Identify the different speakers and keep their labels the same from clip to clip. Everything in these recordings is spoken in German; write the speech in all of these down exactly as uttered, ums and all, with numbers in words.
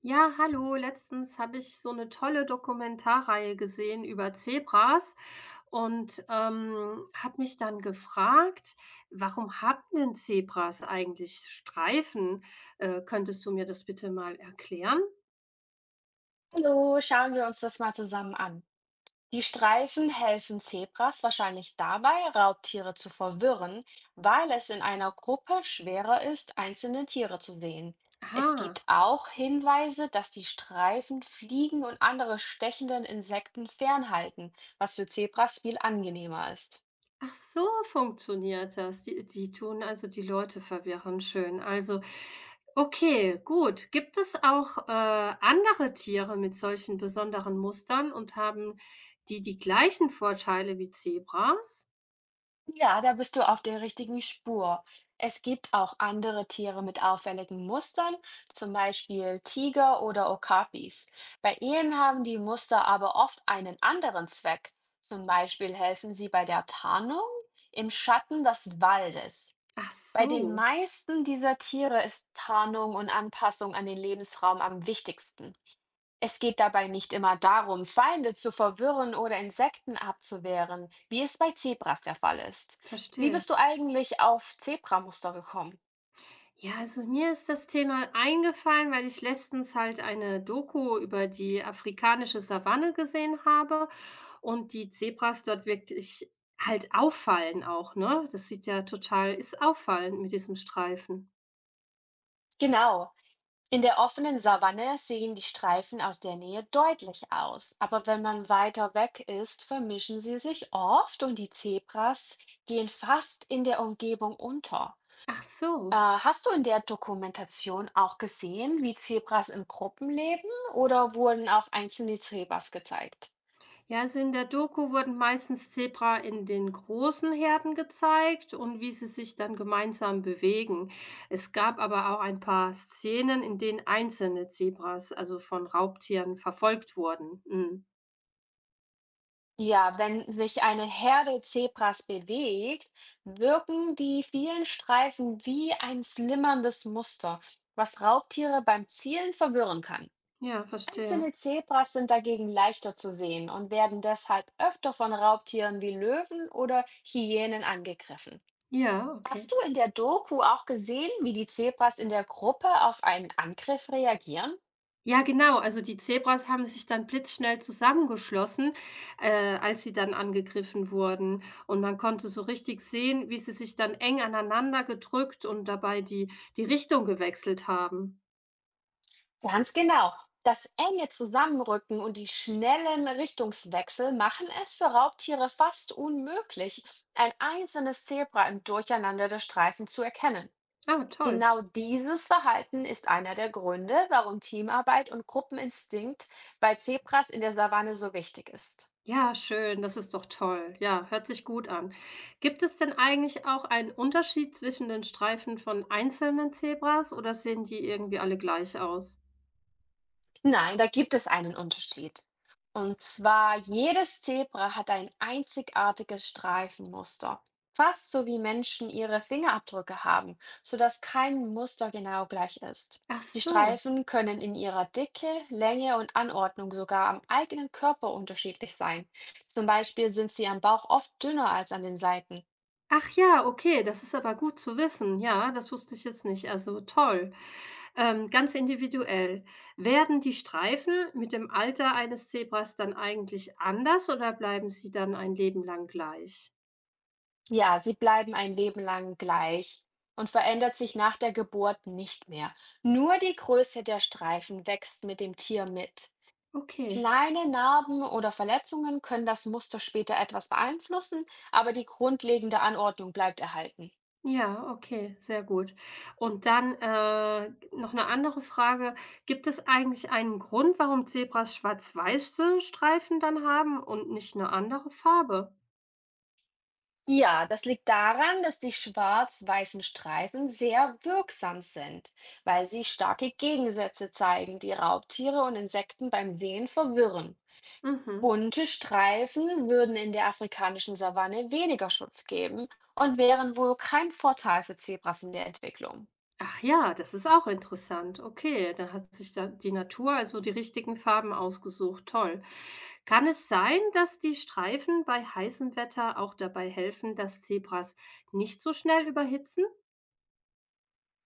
Speaker 1: Ja, hallo. Letztens habe ich so eine tolle Dokumentarreihe gesehen über Zebras und, ähm, habe mich dann gefragt: „Warum haben denn Zebras eigentlich Streifen?“ Äh, könntest du mir das bitte mal erklären?
Speaker 2: Hallo, schauen wir uns das mal zusammen an. Die Streifen helfen Zebras wahrscheinlich dabei, Raubtiere zu verwirren, weil es in einer Gruppe schwerer ist, einzelne Tiere zu sehen. Es
Speaker 1: Ah.
Speaker 2: gibt auch Hinweise, dass die Streifen Fliegen und andere stechenden Insekten fernhalten, was für Zebras viel angenehmer ist.
Speaker 1: Ach so, funktioniert das. Die die tun also die Leute verwirren. Schön. Also, okay, gut. Gibt es auch, äh, andere Tiere mit solchen besonderen Mustern und haben die die gleichen Vorteile wie Zebras?
Speaker 2: Ja, da bist du auf der richtigen Spur. Es gibt auch andere Tiere mit auffälligen Mustern, zum Beispiel Tiger oder Okapis. Bei ihnen haben die Muster aber oft einen anderen Zweck. Zum Beispiel helfen sie bei der Tarnung im Schatten des Waldes.
Speaker 1: Ach
Speaker 2: Bei den
Speaker 1: so,
Speaker 2: meisten dieser Tiere ist Tarnung und Anpassung an den Lebensraum am wichtigsten. Es geht dabei nicht immer darum, Feinde zu verwirren oder Insekten abzuwehren, wie es bei Zebras der Fall ist. Wie
Speaker 1: verstehe.
Speaker 2: bist du eigentlich auf Zebramuster gekommen?
Speaker 1: Ja, also mir ist das Thema eingefallen, weil ich letztens halt eine Doku über die afrikanische Savanne gesehen habe und die Zebras dort wirklich halt auffallen auch, ne? Das sieht ja total ist auffallend mit diesem Streifen.
Speaker 2: Genau. In der offenen Savanne sehen die Streifen aus der Nähe deutlich aus, aber wenn man weiter weg ist, vermischen sie sich oft und die Zebras gehen fast in der Umgebung unter.
Speaker 1: Ach
Speaker 2: Äh,
Speaker 1: so.
Speaker 2: hast du in der Dokumentation auch gesehen, wie Zebras in Gruppen leben oder wurden auch einzelne Zebras gezeigt?
Speaker 1: Ja, also in der Doku wurden meistens Zebra in den großen Herden gezeigt und wie sie sich dann gemeinsam bewegen. Es gab aber auch ein paar Szenen, in denen einzelne Zebras, also von Raubtieren, verfolgt wurden. Mm.
Speaker 2: Ja, wenn sich eine Herde Zebras bewegt, wirken die vielen Streifen wie ein flimmerndes Muster, was Raubtiere beim Zielen verwirren kann.
Speaker 1: Ja, verstehe.
Speaker 2: Einzelne Zebras sind dagegen leichter zu sehen und werden deshalb öfter von Raubtieren wie Löwen oder Hyänen angegriffen.
Speaker 1: Ja,
Speaker 2: Hast
Speaker 1: okay.
Speaker 2: du in der Doku auch gesehen, wie die Zebras in der Gruppe auf einen Angriff reagieren?
Speaker 1: Ja, genau. Also die Zebras haben sich dann blitzschnell zusammengeschlossen, äh, als sie dann angegriffen wurden. Und man konnte so richtig sehen, wie sie sich dann eng aneinander gedrückt und dabei die, die Richtung gewechselt haben.
Speaker 2: Ganz genau. Das enge Zusammenrücken und die schnellen Richtungswechsel machen es für Raubtiere fast unmöglich, ein einzelnes Zebra im Durcheinander der Streifen zu erkennen.
Speaker 1: Ah, toll.
Speaker 2: Genau dieses Verhalten ist einer der Gründe, warum Teamarbeit und Gruppeninstinkt bei Zebras in der Savanne so wichtig ist.
Speaker 1: Ja, schön, das ist doch toll. Ja, hört sich gut an. Gibt es denn eigentlich auch einen Unterschied zwischen den Streifen von einzelnen Zebras oder sehen die irgendwie alle gleich aus?
Speaker 2: Nein, da gibt es einen Unterschied. Und zwar, jedes Zebra hat ein einzigartiges Streifenmuster, fast so wie Menschen ihre Fingerabdrücke haben, sodass kein Muster genau gleich ist.
Speaker 1: Ach
Speaker 2: Die
Speaker 1: so.
Speaker 2: Streifen können in ihrer Dicke, Länge und Anordnung sogar am eigenen Körper unterschiedlich sein. Zum Beispiel sind sie am Bauch oft dünner als an den Seiten.
Speaker 1: Ach ja, okay, das ist aber gut zu wissen. Ja, das wusste ich jetzt nicht. Also toll. Ähm, ganz individuell. Werden die Streifen mit dem Alter eines Zebras dann eigentlich anders oder bleiben sie dann ein Leben lang gleich?
Speaker 2: Ja, sie bleiben ein Leben lang gleich und verändert sich nach der Geburt nicht mehr. Nur die Größe der Streifen wächst mit dem Tier mit.
Speaker 1: Okay.
Speaker 2: Kleine Narben oder Verletzungen können das Muster später etwas beeinflussen, aber die grundlegende Anordnung bleibt erhalten.
Speaker 1: Ja, okay, sehr gut. Und dann, äh, noch eine andere Frage. Gibt es eigentlich einen Grund, warum Zebras schwarz-weiße Streifen dann haben und nicht eine andere Farbe?
Speaker 2: Ja, das liegt daran, dass die schwarz-weißen Streifen sehr wirksam sind, weil sie starke Gegensätze zeigen, die Raubtiere und Insekten beim Sehen verwirren.
Speaker 1: Mhm.
Speaker 2: Bunte Streifen würden in der afrikanischen Savanne weniger Schutz geben und wären wohl kein Vorteil für Zebras in der Entwicklung.
Speaker 1: Ach ja, das ist auch interessant. Okay, dann hat sich dann die Natur also die richtigen Farben ausgesucht. Toll. Kann es sein, dass die Streifen bei heißem Wetter auch dabei helfen, dass Zebras nicht so schnell überhitzen?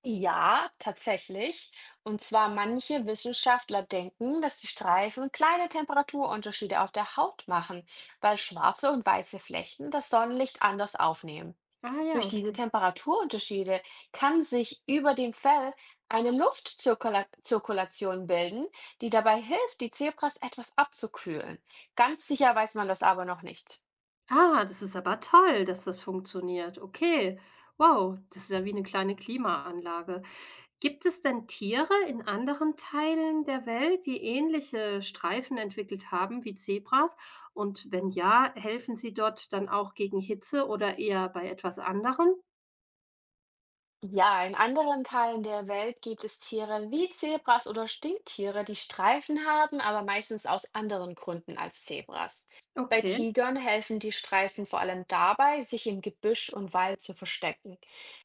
Speaker 2: Ja, tatsächlich. Und zwar manche Wissenschaftler denken, dass die Streifen kleine Temperaturunterschiede auf der Haut machen, weil schwarze und weiße Flächen das Sonnenlicht anders aufnehmen.
Speaker 1: Ah ja,
Speaker 2: Durch diese
Speaker 1: okay.
Speaker 2: Temperaturunterschiede kann sich über dem Fell eine Luftzirkulation bilden, die dabei hilft, die Zebras etwas abzukühlen. Ganz sicher weiß man das aber noch nicht.
Speaker 1: Ah, das ist aber toll, dass das funktioniert. Okay, wow, das ist ja wie eine kleine Klimaanlage. Gibt es denn Tiere in anderen Teilen der Welt, die ähnliche Streifen entwickelt haben wie Zebras? Und wenn ja, helfen sie dort dann auch gegen Hitze oder eher bei etwas anderem?
Speaker 2: Ja, in anderen Teilen der Welt gibt es Tiere wie Zebras oder Stinktiere, die Streifen haben, aber meistens aus anderen Gründen als Zebras. Bei
Speaker 1: Okay,
Speaker 2: Tigern helfen die Streifen vor allem dabei, sich im Gebüsch und Wald zu verstecken.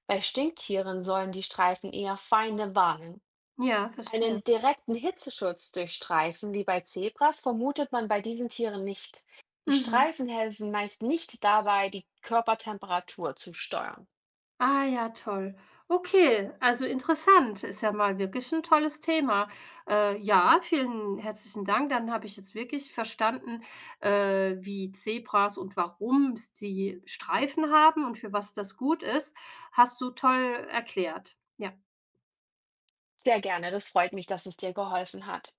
Speaker 2: Bei Stinktieren sollen die Streifen eher Feinde warnen.
Speaker 1: ja, verstehe.
Speaker 2: Einen direkten Hitzeschutz durch Streifen wie bei Zebras vermutet man bei diesen Tieren nicht. Die
Speaker 1: Mhm.
Speaker 2: Streifen helfen meist nicht dabei, die Körpertemperatur zu steuern.
Speaker 1: Ah ja, toll. Okay, also interessant. Ist ja mal wirklich ein tolles Thema. Äh, ja, vielen herzlichen Dank. Dann habe ich jetzt wirklich verstanden, äh, wie Zebras und warum sie Streifen haben und für was das gut ist. Hast du toll erklärt. Ja.
Speaker 2: Sehr gerne, das freut mich, dass es dir geholfen hat.